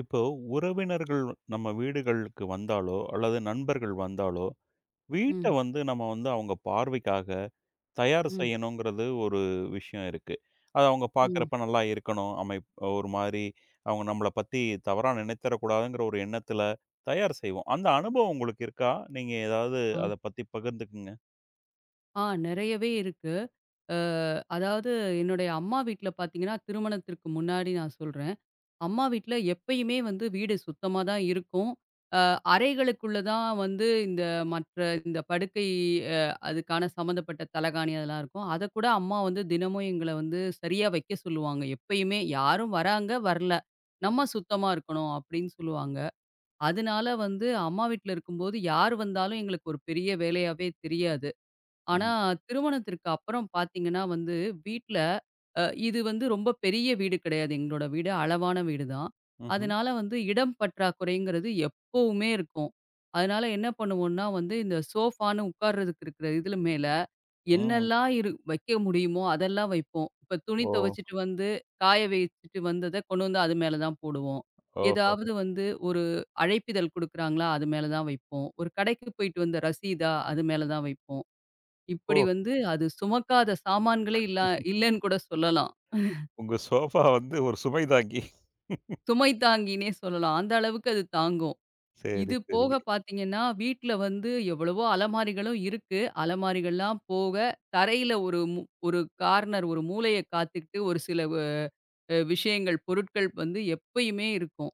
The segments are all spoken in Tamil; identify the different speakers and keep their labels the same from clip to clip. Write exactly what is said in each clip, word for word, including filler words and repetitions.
Speaker 1: இப்போ உறவினர்கள் நம்ம வீடுகளுக்கு வந்தாலோ, அல்லது நண்பர்கள் வந்தாலோ, வீட்ட
Speaker 2: ம்,
Speaker 1: வந்து நம்ம வந்து அவங்க பார்வைக்காக தயார்
Speaker 2: ம்,
Speaker 1: செய்யணுங்கிறது ஒரு விஷயம் இருக்கு. அது அவங்க
Speaker 2: ம்.
Speaker 1: பார்க்குறப்ப நல்லா இருக்கணும். அமைப் ஒரு மாரி அவங்க நம்மள பத்தி தவறா நினைத்தரக்கூடாதுங்கிற ஒரு எண்ணத்தில தயார் செய்வோம். அந்த அனுபவம் உங்களுக்கு இருக்கா? நீங்க ஏதாவது
Speaker 2: ஆ,
Speaker 1: அத பத்தி பகிர்ந்துக்குங்க.
Speaker 2: ஆ நிறையவே இருக்கு. அ அதாவது என்னுடைய அம்மா வீட்ல பார்த்தீங்கன்னா, திருமணத்திற்கு முன்னாடி நான் சொல்றேன். அம்மா வீட்ல எப்பயுமே வந்து வீடு சுத்தமா தான் இருக்கும். அ அறைகளுக்குள்ள தான் வந்து இந்த மற்ற இந்த படுக்கை அ அதுக்கான சம்மந்தப்பட்ட தலகாணி அதெல்லாம் இருக்கும். அதக்கூட அம்மா வந்து தினமும் எங்கள வந்து சரியா வைக்க சொல்லுவாங்க. எப்பயுமே யாரும் வராங்க, வரல. நம்ம சுத்தமா இருக்கணும் அப்படின்னு சொல்லுவாங்க. அதனால வந்து அம்மா வீட்ல இருக்கும்போது யார் வந்தாலும் எங்களுக்கு ஒரு பெரிய வேலையாவே தெரியாது. ஆனா
Speaker 1: ம்.
Speaker 2: திருமணத்திற்கு அப்புறம் பார்த்தீங்கன்னா வந்து வீட்ல அ இது வந்து ரொம்ப பெரிய வீடு கிடையாது. எங்களோட வீடு அளவான வீடு தான்.
Speaker 1: ம்ஹ்ம்.
Speaker 2: அதனால வந்து இடம் பற்றாக்குறைங்கிறது எப்பவுமே இருக்கும். அதனால என்ன பண்ணுவோம்னா வந்து இந்த சோஃபான்னு உட்கார்றதுக்கு இருக்கிற இதுல மேல
Speaker 1: ம்.
Speaker 2: என்னெல்லாம் இரு வைக்க முடியுமோ அதெல்லாம் வைப்போம். இப்ப துணி
Speaker 1: ஓ!
Speaker 2: துவைச்சுட்டு வந்து, காய வச்சுட்டு வந்தத கொண்டு வந்து அது மேல தான் போடுவோம்.
Speaker 1: ஓஹோ!
Speaker 2: ஏதாவது வந்து ஒரு அழைப்பிதழ் குடுக்குறாங்களா, அது மேல தான் வைப்போம். ஒரு கடைக்கு போயிட்டு வந்த ரசீதா, அது மேல தான் வைப்போம். இப்படி
Speaker 1: ஓ!
Speaker 2: வந்து அது சுமக்காத சாமான்களே இல்ல, இல்லன்னு கூட சொல்லலாம்.
Speaker 1: உங்க சோஃபா வந்து ஒரு சுமை தாங்கி.
Speaker 2: சுமை தாங்கின்னே சொல்லலாம். அந்த அளவுக்கு அது தாங்கும்.
Speaker 1: சரி,
Speaker 2: இது
Speaker 1: சரி,
Speaker 2: போக பார்த்தீங்கன்னா, வீட்ல வந்து எவ்வளவோ அலமாரிகளும் இருக்கு. அலமாரிகள்லாம் போக, தரையில ஒரு மு ஒரு கார்னர், ஒரு மூலைய காத்துக்கிட்டு ஒரு சில வ அ விஷயங்கள், பொருட்கள் வந்து எப்பயுமே இருக்கும்.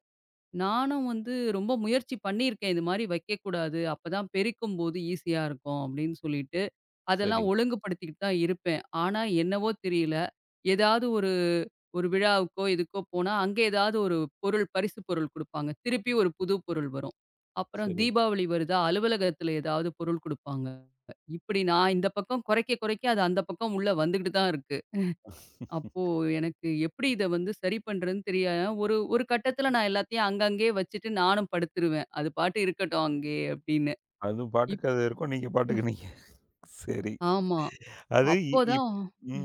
Speaker 2: நானும் வந்து ரொம்ப முயற்சி பண்ணியிருக்கேன். இது மாரி வைக்கக்கூடாது. அப்பதான் பெருக்கும்போது ஈஸியா இருக்கும், அப்படின்னு சொல்லிட்டு.
Speaker 1: சரி,
Speaker 2: அதெல்லாம் ஒழுங்குபடுத்திக்கிட்டு தான் இருப்பேன். ஆனா, என்னவோ தெரியல. ஏதாவது ஒரு ஒரு விழாவுக்கோ, இதுக்கோ போனா, அங்க ஏதாவது ஒரு பொருள் பரிசு பொருள் குடுப்பாங்க. திருப்பி ஒரு புது பொருள் வரும். அப்புறம் தீபாவளி வருதா, அலுவலகத்துல ஏதாவது பொருள் குடுப்பாங்க. இப்படி நான் இந்த பக்கம் குறைக்க, குறைக்க அது அந்த பக்கம் உள்ள வந்துகிட்டு தான் இருக்கு.
Speaker 1: சரி.
Speaker 2: அப்போ எனக்கு எப்படி இத வந்து சரி பண்றதுன்னு தெரியாம, ஒரு ஒரு கட்டத்துல நான் எல்லாத்தையும் அங்கங்கேயே வச்சுட்டு நானும் படுத்துருவேன். அது பாட்டு இருக்கட்டும் அங்கேயே அப்படின்னு.
Speaker 1: அது
Speaker 2: இப்
Speaker 1: பாட்டுக்கு அது இருக்கும். நீங்க
Speaker 2: ம்.
Speaker 1: பாட்டுக்கு நீங்க சரி.
Speaker 2: ஆமா.
Speaker 1: அது இ இப்
Speaker 2: அப்போதான்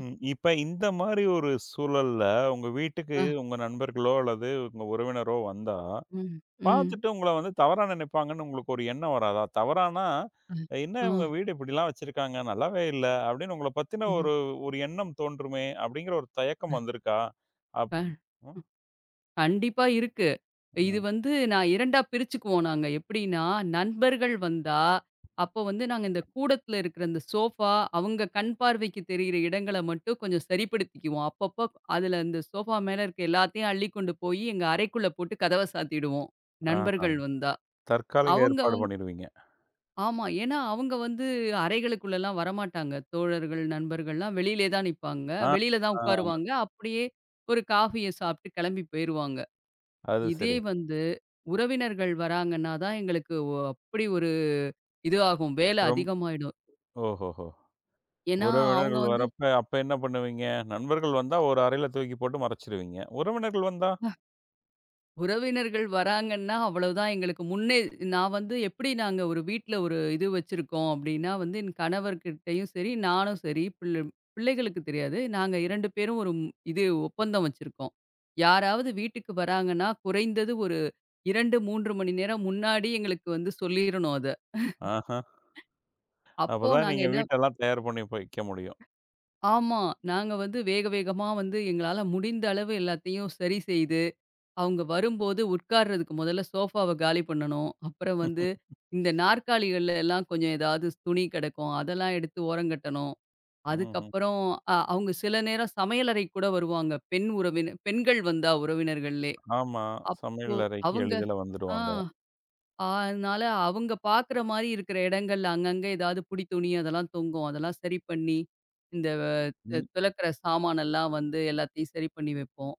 Speaker 2: ம்.
Speaker 1: இப்ப இந்த மாரி ஒரு சூழல்ல, உங்க வீட்டுக்கு உங்க நண்பர்களோ அல்லது உங்க உறவினரோ வந்தா,
Speaker 2: ம். ம்.
Speaker 1: பார்த்துட்டு உங்கள வந்து தவறா நினைப்பாங்கன்னு உங்களுக்கு ஒரு எண்ணம் வராதா? தவறானா,
Speaker 2: ம்.
Speaker 1: அஹ், "என்ன
Speaker 2: ஆ.
Speaker 1: இவங்க வீடு இப்படிலாம் வச்சிருக்காங்க, நல்லாவே இல்ல" அப்படின்னு உங்கள பத்தின
Speaker 2: ம்.
Speaker 1: ஒரு ஒரு எண்ணம் தோன்றுமே அப்படிங்கிற ஒரு தயக்கம் வந்திருக்கா? அப்
Speaker 2: க
Speaker 1: ம்.
Speaker 2: கண்டிப்பா இருக்கு. இது
Speaker 1: ம்.
Speaker 2: வந்து நான் 2ஆ பிரிச்சுக்குவோம் நாங்க. எப்படின்னா, நண்பர்கள் வந்தா, அப்போ வந்து நாங்க இந்த கூடத்துல இருக்கிற இந்த சோஃபா, அவங்க கண் பார்வைக்கு தெரியிற இடங்கள மட்டும் கொஞ்சம் சரிப்படுத்திக்குவோம். அப்பப்போ அதுல இந்த சோஃபா மேல இருக்க எல்லாத்தையும் அள்ளி கொண்டு போயி, எங்க அறைக்குள்ள போட்டு கதவ சாத்திடுவோம்,
Speaker 1: ஆஹா.
Speaker 2: நண்பர்கள் வந்தா.
Speaker 1: தற்காலிக
Speaker 2: அவங்க
Speaker 1: ஏற்பாடு பண்ணிடுவீங்க.
Speaker 2: ஆமா. ஏன்னா, அவங்க வந்து அறைகளுக்குள்ளலாம் வரமாட்டாங்க. தோழர்கள், நண்பர்கள்லாம் வெளியிலே தான் நிப்பாங்க.
Speaker 1: ஆ,
Speaker 2: வெளியில தான்
Speaker 1: ஆ.
Speaker 2: உட்காருவாங்க. அப்படியே ஒரு காஃபிய சாப்பிட்டு கிளம்பி போயிருவாங்க.
Speaker 1: அது
Speaker 2: இதே
Speaker 1: சரி.
Speaker 2: வந்து உறவினர்கள் வராங்கன்னா தான் எங்களுக்கு ஒ அப்படி ஒரு இது ஆகும். வேலை
Speaker 1: ரொம்
Speaker 2: அதிகமாயிடும்.
Speaker 1: ஓஹோஹோ!
Speaker 2: ஏன்னா, அவங்க
Speaker 1: உறவினர்கள்
Speaker 2: வந்து
Speaker 1: வரப்ப, அப்ப என்ன பண்ணுவீங்க? நண்பர்கள் வந்தா ஒரு அறையில தூக்கி போட்டு மறைச்சிருவீங்க. உறவினர்கள் வந்தா?
Speaker 2: உறவினர்கள் வராங்கன்னா அவ்வளவுதான் எங்களுக்கு முன்னே நான் வந்து எப்படி நாங்க ஒரு வீட்ல ஒரு இது வச்சிருக்கோம் அப்படின்னா வந்து என் கணவர்கிட்டயும் சரி நானும் சரி பிள்ளை பிள்ளைகளுக்கு தெரியாது நாங்க இரண்டு பேரும் ஒரு ம்- இது ஒப்பந்தம் வச்சிருக்கோம். யாராவது வீட்டுக்கு வராங்கன்னா குறைந்தது ஒரு இரண்டு மூன்று மணி நேரம் முன்னாடி எங்களுக்கு வந்து சொல்லிடணும் அது.
Speaker 1: ஆஹ.
Speaker 2: அப்போ
Speaker 1: அப்பதான்
Speaker 2: நாங்க
Speaker 1: நீங்க
Speaker 2: என்ன.
Speaker 1: வீட்டெல்லாம் தயார் பண்ணி போய் வைக்க முடியும்.
Speaker 2: ஆமா, நாங்க வந்து வேக வேகமா வந்து எங்களால முடிந்த அளவு எல்லாத்தையும் சரி செய்து அவங்க வரும்போது உட்கார்றதுக்கு முதல்ல சோஃபாவ காலி பண்ணணும். அப்புறம் வந்து இந்த நாற்காலிகள்ல எல்லாம் கொஞ்சம் ஏதாவது துணி கிடக்கும். அதெல்லாம் எடுத்து ஓரங்கட்டணும்.
Speaker 1: ம்ஹ்ம்.
Speaker 2: அதுக்கப்புறம் அ அவங்க சில நேரம் சமையலறைக்கு கூட வருவாங்க. பெண் உறவினர் பெண்கள் வந்தா உறவினர்கள்லே.
Speaker 1: ஆமா.
Speaker 2: அப்போ
Speaker 1: சமையல் அறைக்கு
Speaker 2: அவங்க
Speaker 1: எளிதில
Speaker 2: ஆ,
Speaker 1: வந்துருவாங்க.
Speaker 2: அதனால அவங்க பார்க்குற மாரி இருக்கிற இடங்கள்ல அங்கங்க ஏதாவது புடி துணி அதெல்லாம் தொங்கும். அதெல்லாம் சரி பண்ணி, இந்த அ
Speaker 1: ம்.
Speaker 2: துலக்கிற சாமானெல்லாம் வந்து எல்லாத்தையும் சரி பண்ணி வைப்போம்.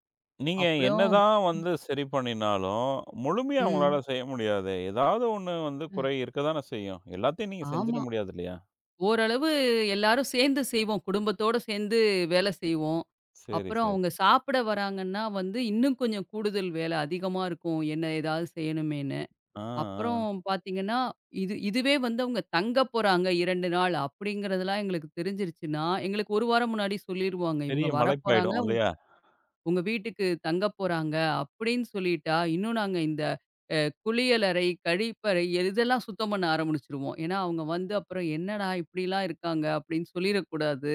Speaker 1: நீங்க
Speaker 2: அப்புறம்
Speaker 1: என்னதான் வந்து சரி பண்ணினாலும், முழுமையா
Speaker 2: ம்.
Speaker 1: உங்களால செய்ய முடியாதே! ஏதாவது ஒண்ணு வந்து
Speaker 2: அ
Speaker 1: குறை இருக்க தானே செய்யும். எல்லாத்தையும் நீங்க செஞ்சிட
Speaker 2: ஆமா.
Speaker 1: முடியாது இல்லையா?
Speaker 2: ஓரளவு எல்லாரும் சேர்ந்து செய்வோம். குடும்பத்தோட சேர்ந்து வேலை செய்வோம்.
Speaker 1: சரி,
Speaker 2: அப்புறம்
Speaker 1: சரி.
Speaker 2: அவங்க சாப்பிட வராங்கன்னா வந்து, இன்னும் கொஞ்சம் கூடுதல் வேலை அதிகமா இருக்கும். என்ன ஏதாவது செய்யணுமேன்னு.
Speaker 1: ஆ,
Speaker 2: அப்புறம்
Speaker 1: ஆ.
Speaker 2: பார்த்தீங்கன்னா, இது இதுவே வந்து அவங்க தங்க போறாங்க இரண்டு நாள் அப்படிங்கிறதெல்லாம் எங்களுக்கு தெரிஞ்சிருச்சுன்னா, எங்களுக்கு ஒரு வாரம் முன்னாடி சொல்லிருவாங்க. இவங்க
Speaker 1: பெரிய
Speaker 2: வரப்போறாங்க.
Speaker 1: மலைப்பாயிடும் இல்லையா?
Speaker 2: உங்க வீட்டுக்கு தங்க போறாங்க அப்படின்னு சொல்லிட்டா, இன்னும் நாங்க இந்த அ குளியலறை, கழிப்பறை இதெல்லாம் சுத்தம் பண்ண ஆரம்பிச்சுருவோம். ஏன்னா, அவங்க வந்து அப்புறம் "என்னடா இப்படிலாம் இருக்காங்க" அப்படின்னு சொல்லிறக்கூடாது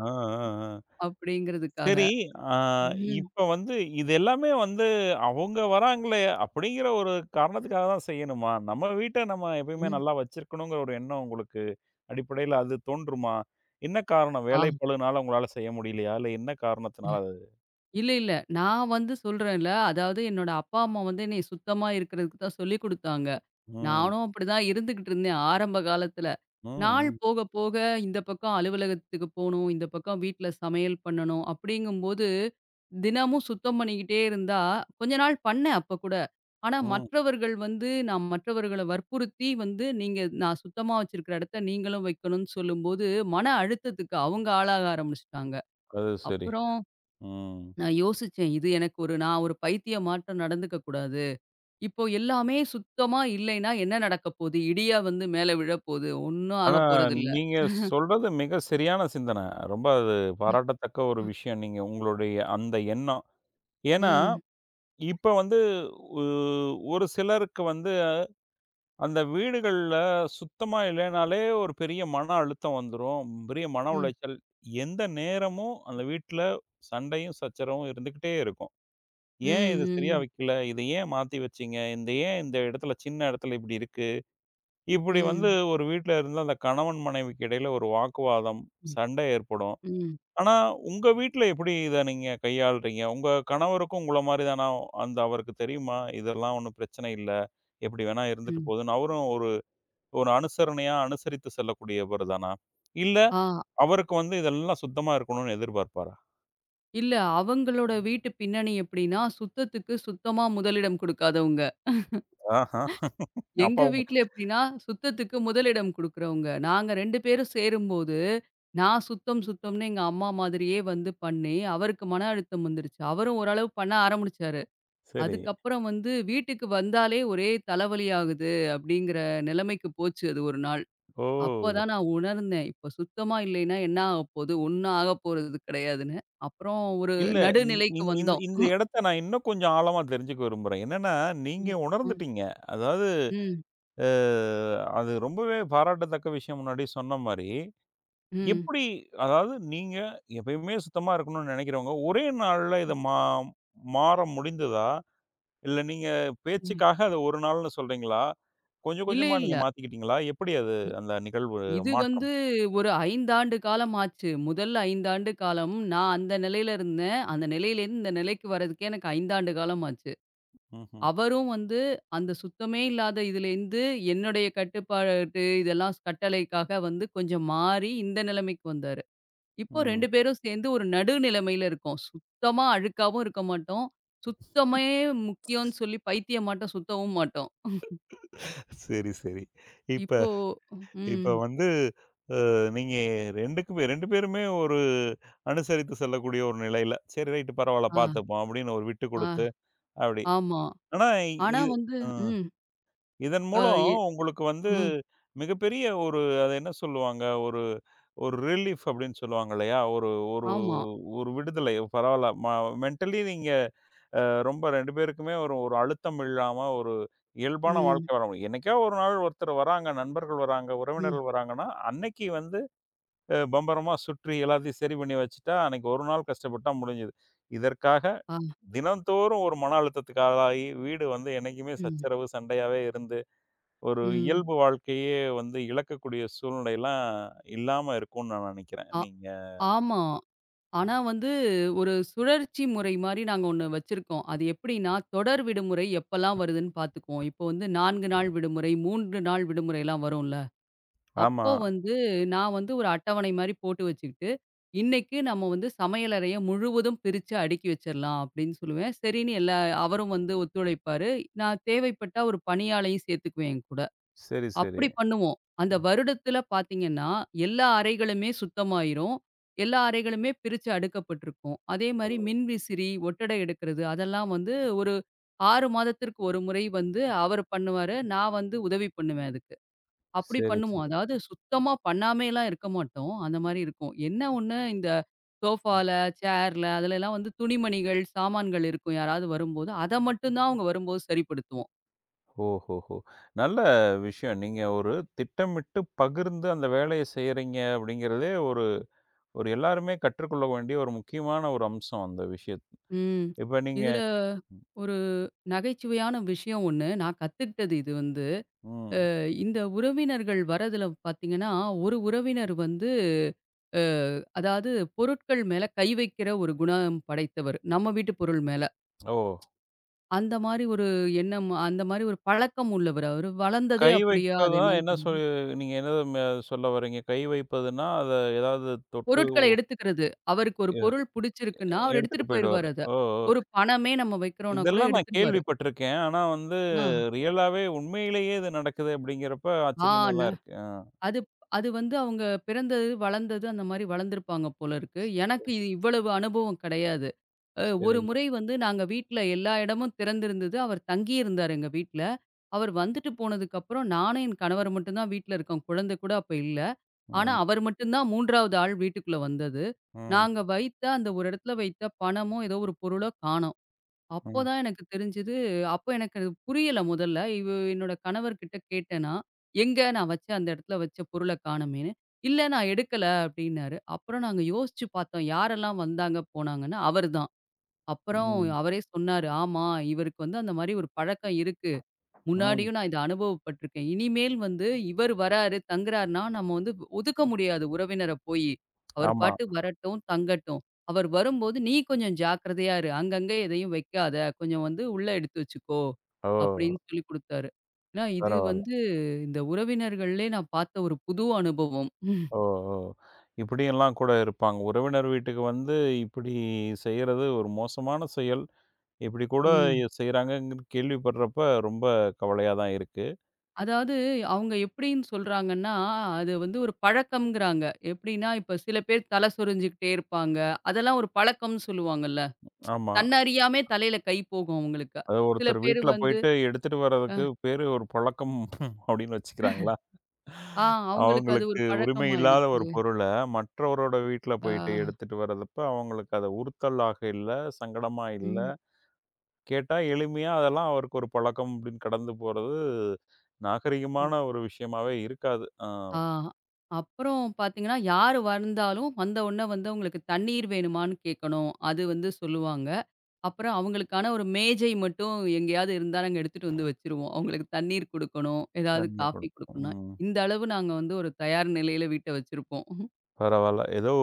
Speaker 1: ஆ, ஆ, ஆ.
Speaker 2: அப்படிங்கிறதுக்காக.
Speaker 1: சரி, ஆ.
Speaker 2: ம்.
Speaker 1: இப்ப வந்து இது எல்லாமே வந்து அவங்க வராங்களே அப்படிங்கிற ஒரு காரணத்துக்காக தான் செய்யணுமா? நம்ம வீட்ட நம்ம எப்பயுமே
Speaker 2: ம்.
Speaker 1: நல்லா வச்சிருக்கணுங்கிற ஒரு எண்ணம் உங்களுக்கு அடிப்படையில அது தோன்றுமா? என்ன காரணம்? வேலைப்பளுனால உங்களால செய்ய முடியலையா? இல்ல என்ன காரணத்தினால அது?
Speaker 2: இல்ல, இல்ல. நான் வந்து சொல்றேன்ல, அதாவது என்னோட அப்பா, அம்மா வந்து என்னைய சுத்தமா இருக்கிறதுக்கு தான் சொல்லிக் குடுத்தாங்க.
Speaker 1: ம்.
Speaker 2: நானும் அப்படிதான் இருந்துகிட்டு இருந்தேன் ஆரம்ப காலத்துல.
Speaker 1: ம்,
Speaker 2: நாள்
Speaker 1: ம்,
Speaker 2: போக, போக இந்த பக்கம் அலுவலகத்துக்கு போணும், இந்த பக்கம் வீட்ல சமையல் பண்ணணும் அப்படிங்கும்போது, தினமும் சுத்தம் பண்ணிக்கிட்டே இருந்தா, கொஞ்ச நாள் பண்ணேன் அப்ப கூட. ஆனா
Speaker 1: ம்.
Speaker 2: மற்றவர்கள் வந்து நான் மற்றவர்கள வற்புறுத்தி வந்து, "நீங்க நான் சுத்தமா வச்சிருக்கிற இடத்த நீங்களும் வைக்கணும்னு" சொல்லும்போது, மன அழுத்தத்துக்கு அவங்க ஆளாக ஆரம்பிச்சுட்டாங்க.
Speaker 1: அது சரி.
Speaker 2: அப்புறம்
Speaker 1: ம்.
Speaker 2: நான் யோசிச்சேன். இது எனக்கு ஒரு நான் ஒரு பைத்தியமாட்டம் நடந்துக்க கூடாது. இப்போ எல்லாமே சுத்தமா இல்லைன்னா என்ன நடக்கப் போது? இடியா வந்து மேல விழப்போது. ஒண்ணும்
Speaker 1: ஆனா
Speaker 2: ஆகப் போறதில்ல.
Speaker 1: நீங்க சொல்றது மிக சரியான சிந்தன. ரொம்ப அது பாராட்டத்தக்க ஒரு
Speaker 2: ம்,
Speaker 1: விஷயம். நீங்க உங்களுடைய அந்த எண்ணம். ஏன்னா,
Speaker 2: ம்,
Speaker 1: இப்ப வந்து உ ஒரு சிலருக்கு வந்து அந்த வீடுகள்ல சுத்தமா இல்லைனாலே ஒரு பெரிய மன அழுத்தம் வந்துரும். பெரிய மன
Speaker 2: ம்,
Speaker 1: உளைச்சல். எந்த நேரமும் அந்த வீட்ல சண்டையும், சச்சரவும் இருந்துக்கிட்டே இருக்கும்.
Speaker 2: ம்,
Speaker 1: "ஏன் இது சரியா
Speaker 2: ம்,
Speaker 1: வைக்கல? இத ஏன் மாத்தி வச்சீங்க? இந்த ஏன் இந்த இடத்துல சின்ன இடத்துல இப்படி இருக்கு?" இப்படி வந்து
Speaker 2: ம்,
Speaker 1: ஒரு வீட்ல இருந்து அந்த கணவன், மனைவிக்கு இடையில ஒரு வாக்குவாதம், சண்டை ஏற்படும்.
Speaker 2: ம்,
Speaker 1: ஆனா உங்க வீட்ல எப்படி இத நீங்க கையாள்றீங்க? உங்க கணவருக்கும் உங்கள மாரி தானா? அந்த அவருக்கு தெரியுமா? இதெல்லாம் ஒண்ணும் பிரச்சனை இல்ல. எப்படி வேணா இருந்துட்டு
Speaker 2: ம்.
Speaker 1: போதுன்னு அவரும் ஒரு ஒரு அனுசரணையா அனுசரித்து செல்லக்கூடியவர் தானா? இல்ல
Speaker 2: ஆ
Speaker 1: அவருக்கு வந்து இதெல்லாம் சுத்தமா இருக்கணும்னு எதிர்பார்ப்பாரா?
Speaker 2: இல்ல அவங்களோட வீட்டு பின்னணி எப்படின்னா, சுத்தத்துக்கு சுத்தமா முதலிடம் குடுக்காதவங்க.
Speaker 1: ஆஹா! அப்ப
Speaker 2: எங்க
Speaker 1: உங்க
Speaker 2: வீட்ல எப்படின்னா, சுத்தத்துக்கு முதலிடம் குடுக்குறவங்க. நாங்க இரண்டு பேரும் சேரும்போது, நான் சுத்தம், சுத்தம்ன்னு எங்க அம்மா மாதிரியே வந்து பண்ணி, அவருக்கு மன அழுத்தம் வந்துருச்சு. அவரும் ஓரளவு பண்ண ஆரம்பிச்சாரு.
Speaker 1: சரி.
Speaker 2: அதுக்கப்புறம் வந்து வீட்டுக்கு வந்தாலே ஒரே தலைவலி ஆகுது அப்படிங்கிற நிலைமைக்கு போச்சு அது ஒரு நாள். அப்பதான்
Speaker 1: ஓ!
Speaker 2: நான் உணர்ந்தேன். இப்ப சுத்தமா இல்லைன்னா என்ன ஆகப்போகுது? ஒண்ணும் ஆகப்போறது கிடையாதுன்னு. அப்புறம் ஒரு
Speaker 1: இல்ல இந்த
Speaker 2: நடுநிலைக்கு
Speaker 1: இந்த இந்த
Speaker 2: வந்தோம்.
Speaker 1: இந்த இடத்த நான் இன்னும் கொஞ்சம் ஆழமா தெரிஞ்சுக்க விரும்புறேன். என்னன்னா, நீங்க
Speaker 2: ம். ம்.
Speaker 1: உணர்ந்துட்டீங்க. அதாவது
Speaker 2: ம்.
Speaker 1: அ அது ரொம்பவே பாராட்டத்தக்க விஷயம் முன்னாடி சொன்ன மாரி, எப்படி அதாவது நீங்க எப்பயுமே சுத்தமா இருக்கணும்னு நினைக்கிறவங்க, ஒரே நாள்ல இத மா மாற முடிந்ததா? இல்ல நீங்க
Speaker 2: ம்.
Speaker 1: பேச்சுக்காக அத ஒரு நாள்னு சொல்றீங்களா? கொஞ்சம்
Speaker 2: இல்ல,
Speaker 1: கொஞ்சமா
Speaker 2: இல்ல.
Speaker 1: நீங்க மாத்திக்கிட்டீங்களா? எப்படி அது அந்த நிகழ்வு
Speaker 2: இது வந்து
Speaker 1: மாற்றம்?
Speaker 2: ஒரு ஐந்து ஆண்டு காலம் ஆச்சு. முதல் ஐந்து ஆண்டு காலம் நான் அந்த நிலையில இருந்தேன். அந்த நிலையிலேருந்து இந்த நிலைக்கு வர்றதுக்கே எனக்கு ஐந்து ஆண்டு காலம் ஆச்சு.
Speaker 1: ம்ஹ்ம்.
Speaker 2: அவரும் வந்து அந்த சுத்தமே இல்லாத இதுலேருந்து என்னுடைய கட்டுப்பாடு இதெல்லாம் கட்டளைக்காக வந்து கொஞ்சம் மாறி இந்த நிலைமைக்கு வந்தாரு. இப்போ
Speaker 1: ம்.
Speaker 2: இரண்டு பேரும் சேர்ந்து ஒரு நடு நிலைமையில இருக்கோம். சுத்தமா அழுக்காவும் இருக்க மாட்டோம். சுத்தமே முக்கியம்னு சொல்லி பைத்தியம் மாட்ட சுத்தவும் மாட்டோம்.
Speaker 1: சரி, சரி. இப்ப
Speaker 2: இப்போ ம்.
Speaker 1: இப்ப வந்து அ நீங்க ரெண்டுக்குமே ரெண்டு பேருமே ஒரு அனுசரித்து செல்லக்கூடிய ஒரு நிலையில, சரி ரைட் பரவால்ல
Speaker 2: ஆ,
Speaker 1: பார்த்துப்போம் அப்படின்னு ஒரு விட்டு
Speaker 2: ஆ.
Speaker 1: குடுத்து, அப்படி.
Speaker 2: ஆமா.
Speaker 1: ஆனா
Speaker 2: ஆனா
Speaker 1: இது
Speaker 2: வந்து
Speaker 1: அ.
Speaker 2: ம்.
Speaker 1: இதன்
Speaker 2: அ
Speaker 1: மூலம்
Speaker 2: எ
Speaker 1: உங்களுக்கு வந்து
Speaker 2: ம்.
Speaker 1: மிகப்பெரிய ஒரு அத என்ன சொல்லுவாங்க? ஒரு ஒரு ரிலீஃப் அப்டின்னு சொல்லுவாங்க இல்லையா? ஒரு ஒரு
Speaker 2: ஆமா.
Speaker 1: ஒரு விடுதலை. பரவால்ல ம மென்டலி நீங்க ரொம்ப ரெண்டு பேருக்குமே ஒரு ஒரு அழுத்தம் இல்லாம ஒரு இயல்பான
Speaker 2: ம்.
Speaker 1: வாழ்க்கை வர முடியும். என்னைக்கோ ஒரு நாள் ஒருத்தர் வராங்க, நண்பர்கள் வராங்க,
Speaker 2: ம்.
Speaker 1: உறவினர்கள் வராங்கன்னா, அன்னைக்கு வந்து அ பம்பரமா சுற்றி எல்லாத்தையும் சரி பண்ணி வச்சுட்டா, அன்னைக்கு ஒரு நாள் கஷ்டப்பட்டா முடிஞ்சது. இதற்காக
Speaker 2: ஆ.
Speaker 1: தினந்தோறும் ஒரு மன அழுத்தத்துக்கு ஆளாகி, வீடு வந்து என்னைக்குமே
Speaker 2: ம்.
Speaker 1: சச்சரவு, சண்டையாவே இருந்து ஒரு
Speaker 2: ம்.
Speaker 1: இயல்பு வாழ்க்கையே வந்து இழக்கக்கூடிய சூழ்நிலைலாம் இல்லாம இருக்கும்னு நான் நினைக்கிறேன்.
Speaker 2: ஆ,
Speaker 1: நீங்க
Speaker 2: ஆமா. ஆனா வந்து ஒரு சுழற்சி முறை மாரி நாங்க ஒண்ணு வச்சிருக்கோம். அது எப்படின்னா, தொடர் விடுமுறை எப்பலாம் வருதுன்னு பார்த்துக்குவோம். இப்போ வந்து நான்கு நாள் விடுமுறை, மூன்று நாள் விடுமுறைலாம் வரும்ல.
Speaker 1: ஆமா.
Speaker 2: அப்போ வந்து நான் வந்து ஒரு அட்டவணை மாரி போட்டு வச்சுக்கிட்டு, இன்னைக்கு நம்ம வந்து சமையலறைய முழுவதும் பிரிச்சு அடுக்கி வச்சிரலாம் அப்படின்னு சொல்லுவேன். சரின்னு எல்லா அவரும் வந்து ஒத்துழைப்பாரு. நான் தேவைப்பட்டா ஒரு பணியாளையும் சேர்த்துக்குவேன் என் கூட.
Speaker 1: சரி, சரி.
Speaker 2: அப்படி பண்ணுவோம். அந்த வருடத்துல பார்த்தீங்கன்னா, எல்லா அறைகளுமே சுத்தமாயிரும். எல்லா அறைகளுமே பிரிச்சு அடுக்கப்பட்டிருக்கும். அதே
Speaker 1: ஓ!
Speaker 2: மாரி மின்விசிறி, ஒட்டடை எடுக்கிறது அதெல்லாம் வந்து ஒரு ஆறு மாதத்திற்கு ஒரு முறை வந்து அவரு பண்ணுவாரு. நான் வந்து உதவி பண்ணுவேன் அதுக்கு. அப்படி
Speaker 1: சரி,
Speaker 2: பண்ணுவோம்.
Speaker 1: சரி.
Speaker 2: அதாவது சுத்தமா பண்ணாமேலாம் இருக்க மாட்டோம். அந்த மாரி இருக்கும். என்ன ஒண்ணு இந்த
Speaker 1: அ.
Speaker 2: சோஃபால, சேர்ல அதுலலாம் வந்து துணிமணிகள், சாமான்கள் இருக்கும் யாராவது வரும்போது. அத மட்டும் தான் அவங்க வரும்போது சரிப்படுத்துவோம்.
Speaker 1: ஓஹோஹோ! நல்ல விஷயம். நீங்க ஒரு திட்டமிட்டு பகிர்ந்து அந்த வேலைய செய்றீங்க அப்படிங்கிறதே ஒரு ஒரு எல்லாருமே கற்றுக்கொள்ள வேண்டிய ஒரு முக்கியமான ஒரு அம்சம் அந்த விஷயத்.
Speaker 2: ம்.
Speaker 1: இப்ப நீங்க
Speaker 2: இதுல ஒரு நகைச்சுவையான விஷயம் ஒண்ணு. நான் கத்துக்கிட்டது இது வந்து.
Speaker 1: ம்.
Speaker 2: இந்த உறவினர்கள் வரதுல பார்த்தீங்கன்னா, ஒரு உறவினர் வந்து அ அதாவது பொருட்கள் மேல கை வைக்கிற ஒரு குணம் படைத்தவர். நம்ம வீட்டு பொருள் மேல.
Speaker 1: ஓ!
Speaker 2: அந்த மாரி ஒரு எண்ணம், அந்த மாரி ஒரு பழக்கம் உள்ளவர். அவரு வளர்ந்ததே
Speaker 1: கை
Speaker 2: அப்படியா? அது
Speaker 1: வைப்பதா
Speaker 2: என்னன்னு
Speaker 1: என்ன சொல்.
Speaker 2: தெரியல.
Speaker 1: நீங்க என்னது ம சொல்ல வர்றீங்க? கை வைப்பதுன்னா, அத ஏதாவது தொட்டு
Speaker 2: பொருட்கள எடுத்துக்கிறது. அவருக்கு ஒரு
Speaker 1: எ
Speaker 2: பொருள் புடிச்சிருக்குன்னா, அவர்
Speaker 1: எடுத்துட்டு
Speaker 2: எடுத்துட்டு
Speaker 1: போயிடுவாரு.
Speaker 2: போயிருவாரு அத.
Speaker 1: ஓ! ஓ!
Speaker 2: ஒரு பணமே நம்ம வைக்கிறோம்னா கூட
Speaker 1: இதெல்லாம் நான்
Speaker 2: எடுத்துருவாரு.
Speaker 1: கேள்விப்பட்டிருக்கேன். ஆனா வந்து
Speaker 2: ஆ.
Speaker 1: ரியலாவே உண்மையிலேயே இது நடக்குது அப்படிங்கிறப்ப
Speaker 2: ஆ.
Speaker 1: ஆச்சரியமா தான் இருக்கு. அ.
Speaker 2: அது அது வந்து அவங்க பிறந்தது, வளர்ந்தது அந்த மாரி வளர்ந்துருப்பாங்க போல இருக்கு. எனக்கு இது இவ்வளவு அனுபவம் கிடையாது. அ
Speaker 1: சரி.
Speaker 2: ஒரு முறை வந்து நாங்க வீட்ல எல்லா இடமும் திறந்திருந்தது. அவர் தங்கியிருந்தார் எங்க வீட்ல. அவர் வந்துட்டு போனதுக்கப்புறம் நானும் என் கணவர் மட்டும் தான் வீட்ல இருக்கோம். குழந்தை கூட அப்ப இல்ல. ஆனா
Speaker 1: ம்.
Speaker 2: அவர் மட்டும் தான் 3வது ஆள் வீட்டுக்குள்ள வந்தது.
Speaker 1: ம்.
Speaker 2: நாங்க வைத்த அந்த ஒரு இடத்துல வைத்த பணமோ, ஏதோ ஒரு பொருளோ காணோம்.
Speaker 1: ம்.
Speaker 2: அப்போதான் எனக்கு தெரிஞ்சது. அப்போ எனக்கு அது புரியல முதல்ல. இவ என்னோட கணவர்கிட்ட கேட்டேன் நான். "எங்க நான் வச்ச அந்த இடத்துல வச்ச பொருள காணோமேன்னு." "இல்ல நான் எடுக்கல" அப்படின்னாரு. அப்புறம் நாங்க யோசிச்சு பார்த்தோம். யாரெல்லாம் வந்தாங்க போனாங்கன்னு. அவரு தான். அப்புறம்
Speaker 1: ம்.
Speaker 2: அவரே சொன்னாரு. "ஆமா, இவருக்கு வந்து அந்த மாரி ஒரு பழக்கம் இருக்கு.
Speaker 1: ம்.
Speaker 2: முன்னாடியும் நான் இத அனுபவப்பட்டுருக்கேன். இனிமேல் வந்து இவர் வராரு, தங்குறாருன்னா, நம்ம வந்து ஒதுக்க முடியாது உறவினர போயி. அவர்
Speaker 1: ஆமா.
Speaker 2: பாட்டு வரட்டும், தங்கட்டும். அவர் வரும்போது நீ கொஞ்சம் ஜாக்கிரதையா இரு. அங்கங்க எதையும் வைக்காத. கொஞ்சம் வந்து உள்ள எடுத்து வச்சுக்கோ,
Speaker 1: ஓ!
Speaker 2: அப்படின்னு சொல்லிக் குடுத்தாரு. ஏன்னா, இது
Speaker 1: பரவால்ல.
Speaker 2: வந்து இந்த உறவினர்கள்லே நான் பார்த்த ஒரு புது அனுபவம்.
Speaker 1: ஓ! ஓ! இப்படியெல்லாம் கூட இருப்பாங்க. உறவினர் வீட்டுக்கு வந்து இப்படி செய்யறது ஒரு மோசமான செயல். இப்படி கூட
Speaker 2: ம்.
Speaker 1: செய்றாங்கன்னு கேள்விப்படுறப்ப ரொம்ப கவலையா தான் இருக்கு.
Speaker 2: அதாவது அவங்க எப்படின்னு சொல்றாங்கன்னா, அது வந்து ஒரு பழக்கம்ங்கிறாங்க. எப்படின்னா, இப்ப சில பேர் தல சொரிஞ்சுகிட்டே இருப்பாங்க. அதெல்லாம் ஒரு பழக்கம்னு சொல்லுவாங்கல்ல.
Speaker 1: ஆமா.
Speaker 2: தன்ன அறியாமே தலையில கை போகும் அவங்களுக்கு.
Speaker 1: அது
Speaker 2: சில
Speaker 1: ஒருத்தர்
Speaker 2: பேரு
Speaker 1: வீட்ல
Speaker 2: வந்து
Speaker 1: போயிட்டு எடுத்துட்டு
Speaker 2: அ
Speaker 1: வர்றதுக்கு பேரு ஒரு பழக்கம் அப்படின்னு வச்சுக்கிறாங்க.
Speaker 2: ஆ, அவங்களுக்கு அது ஒரு
Speaker 1: அவங்களுக்கு உரிமை இல்லாத ஒரு
Speaker 2: பழக்கமாயிடுச்சு.
Speaker 1: பொருள, மற்றவரோட வீட்ல
Speaker 2: ஆ,
Speaker 1: போயிட்டு எடுத்துட்டு வர்றப்ப, அவங்களுக்கு அது உறுத்தலாக இல்ல, சங்கடமா இல்ல.
Speaker 2: ம்,
Speaker 1: கேட்டா எளிமையா அதெல்லாம் அவருக்கு ஒரு பழக்கம் அப்படின்னு கடந்து போறது,
Speaker 2: ம்.
Speaker 1: நாகரீகமான ஒரு விஷயமாவே இருக்காது. ஆ.
Speaker 2: ஆ அப்புறம் பார்த்தீங்கன்னா, யாரு வந்தாலும் வந்த உடனே வந்து அவங்களுக்கு தண்ணீர் வேணுமான்னு கேட்கணும். அது வந்து சொல்லுவாங்க. அப்புறம் அவங்களுக்கான ஒரு மேஜை மட்டும் எங்கேயாவது இருந்தா நாங்க எடுத்துட்டு வந்து வச்சுருவோம். அவங்களுக்கு தண்ணீர் குடுக்கணும், ஏதாவது
Speaker 1: தண்ணீர்
Speaker 2: காஃபி
Speaker 1: கொடுக்கணும்.
Speaker 2: குடுக்கணும்னா,
Speaker 1: ம்.
Speaker 2: இந்த அளவு நாங்க வந்து ஒரு தயார் நிலையில வீட்ட வச்சிருப்போம்.
Speaker 1: பரவால்ல. ஏதோ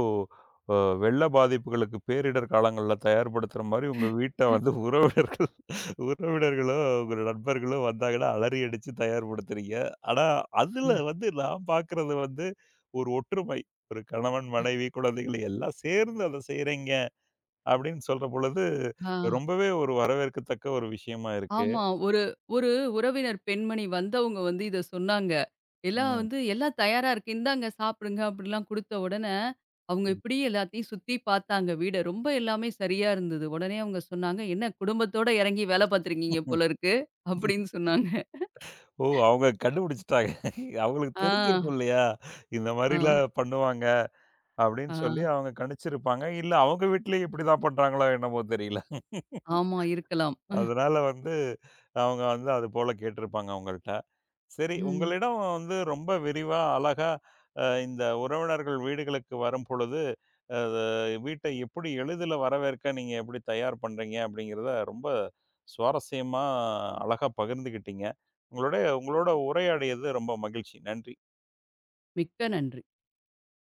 Speaker 1: அ வெள்ள பாதிப்புகளுக்கு பேரிடர் காலங்கள்ல தயார்படுத்துற மாரி உங்க வீட்ட வந்து உறவினர்கள் உறவினர்களோ, உங்க நண்பர்களோ வந்தாங்கன்னா அலறி அடிச்சு தயார்படுத்துறீங்க. ஆனா, அதுல
Speaker 2: அ.
Speaker 1: வந்து நான் பார்க்குறது வந்து ஒரு ஒற்றுமை. ஒரு கணவன், மனைவி, குழந்தைகள் எல்லாம் சேர்ந்து அத செய்றீங்க அப்படின்னு சொல்ற பொழுது,
Speaker 2: ஆ.
Speaker 1: ரொம்பவே ஒரு வரவேற்கத்தக்க ஒரு விஷயமா இருக்கு.
Speaker 2: ஆமா. ஒரு ஒரு உறவினர் பெண்மணி வந்தவங்க வந்து இத சொன்னாங்க. எல்லாம்
Speaker 1: ம்.
Speaker 2: வந்து "எல்லாம் தயாரா இருக்கு. இந்தாங்க சாப்பிடுங்க." அப்படிலாம் குடுத்த உடனே, அவங்க இப்படியே எல்லாத்தையும் சுத்தி பார்த்தாங்க வீட. ரொம்ப எல்லாமே சரியா இருந்தது. உடனே அவங்க சொன்னாங்க, "என்ன குடும்பத்தோட இறங்கி வேலை பார்த்துருக்கீங்க
Speaker 1: ம்.
Speaker 2: போல இருக்கு." அப்படின்னு சொன்னாங்க.
Speaker 1: ஓ! அவங்க கண்டுபிடிச்சுட்டாங்க. அவங்களுக்கு
Speaker 2: ஆ,
Speaker 1: தெரிஞ்சிருக்கும் இல்லையா? இந்த
Speaker 2: ஆ,
Speaker 1: மாரிலாம் பண்ணுவாங்க. அப்படின்னு
Speaker 2: ஆ.
Speaker 1: சொல்லி அவங்க கணிச்சிருப்பாங்க. இல்ல அவங்க வீட்லயும் இப்படிதான் பண்றாங்களோ என்னமோ தெரியல.
Speaker 2: ஆமா இருக்கலாம்.
Speaker 1: அதனால வந்து அவங்க வந்து அது போல கேட்டிருப்பாங்க அவங்கள்ட்ட. சரி
Speaker 2: ம்.
Speaker 1: உங்களிடம் வந்து ரொம்ப விரிவா, அழகா அ இந்த உறவினர்கள் வீடுகளுக்கு வரும்பொழுது, அது வீட்டை எப்படி எளிதில வரவேற்க நீங்க எப்படி தயார் பண்றீங்க அப்படிங்கிறத ரொம்ப சுவாரஸ்யமா, அழகா பகிர்ந்துக்கிட்டீங்க. உங்களோட உங்களோட உரையாடியது ரொம்ப மகிழ்ச்சி. நன்றி.
Speaker 2: மிக்க நன்றி.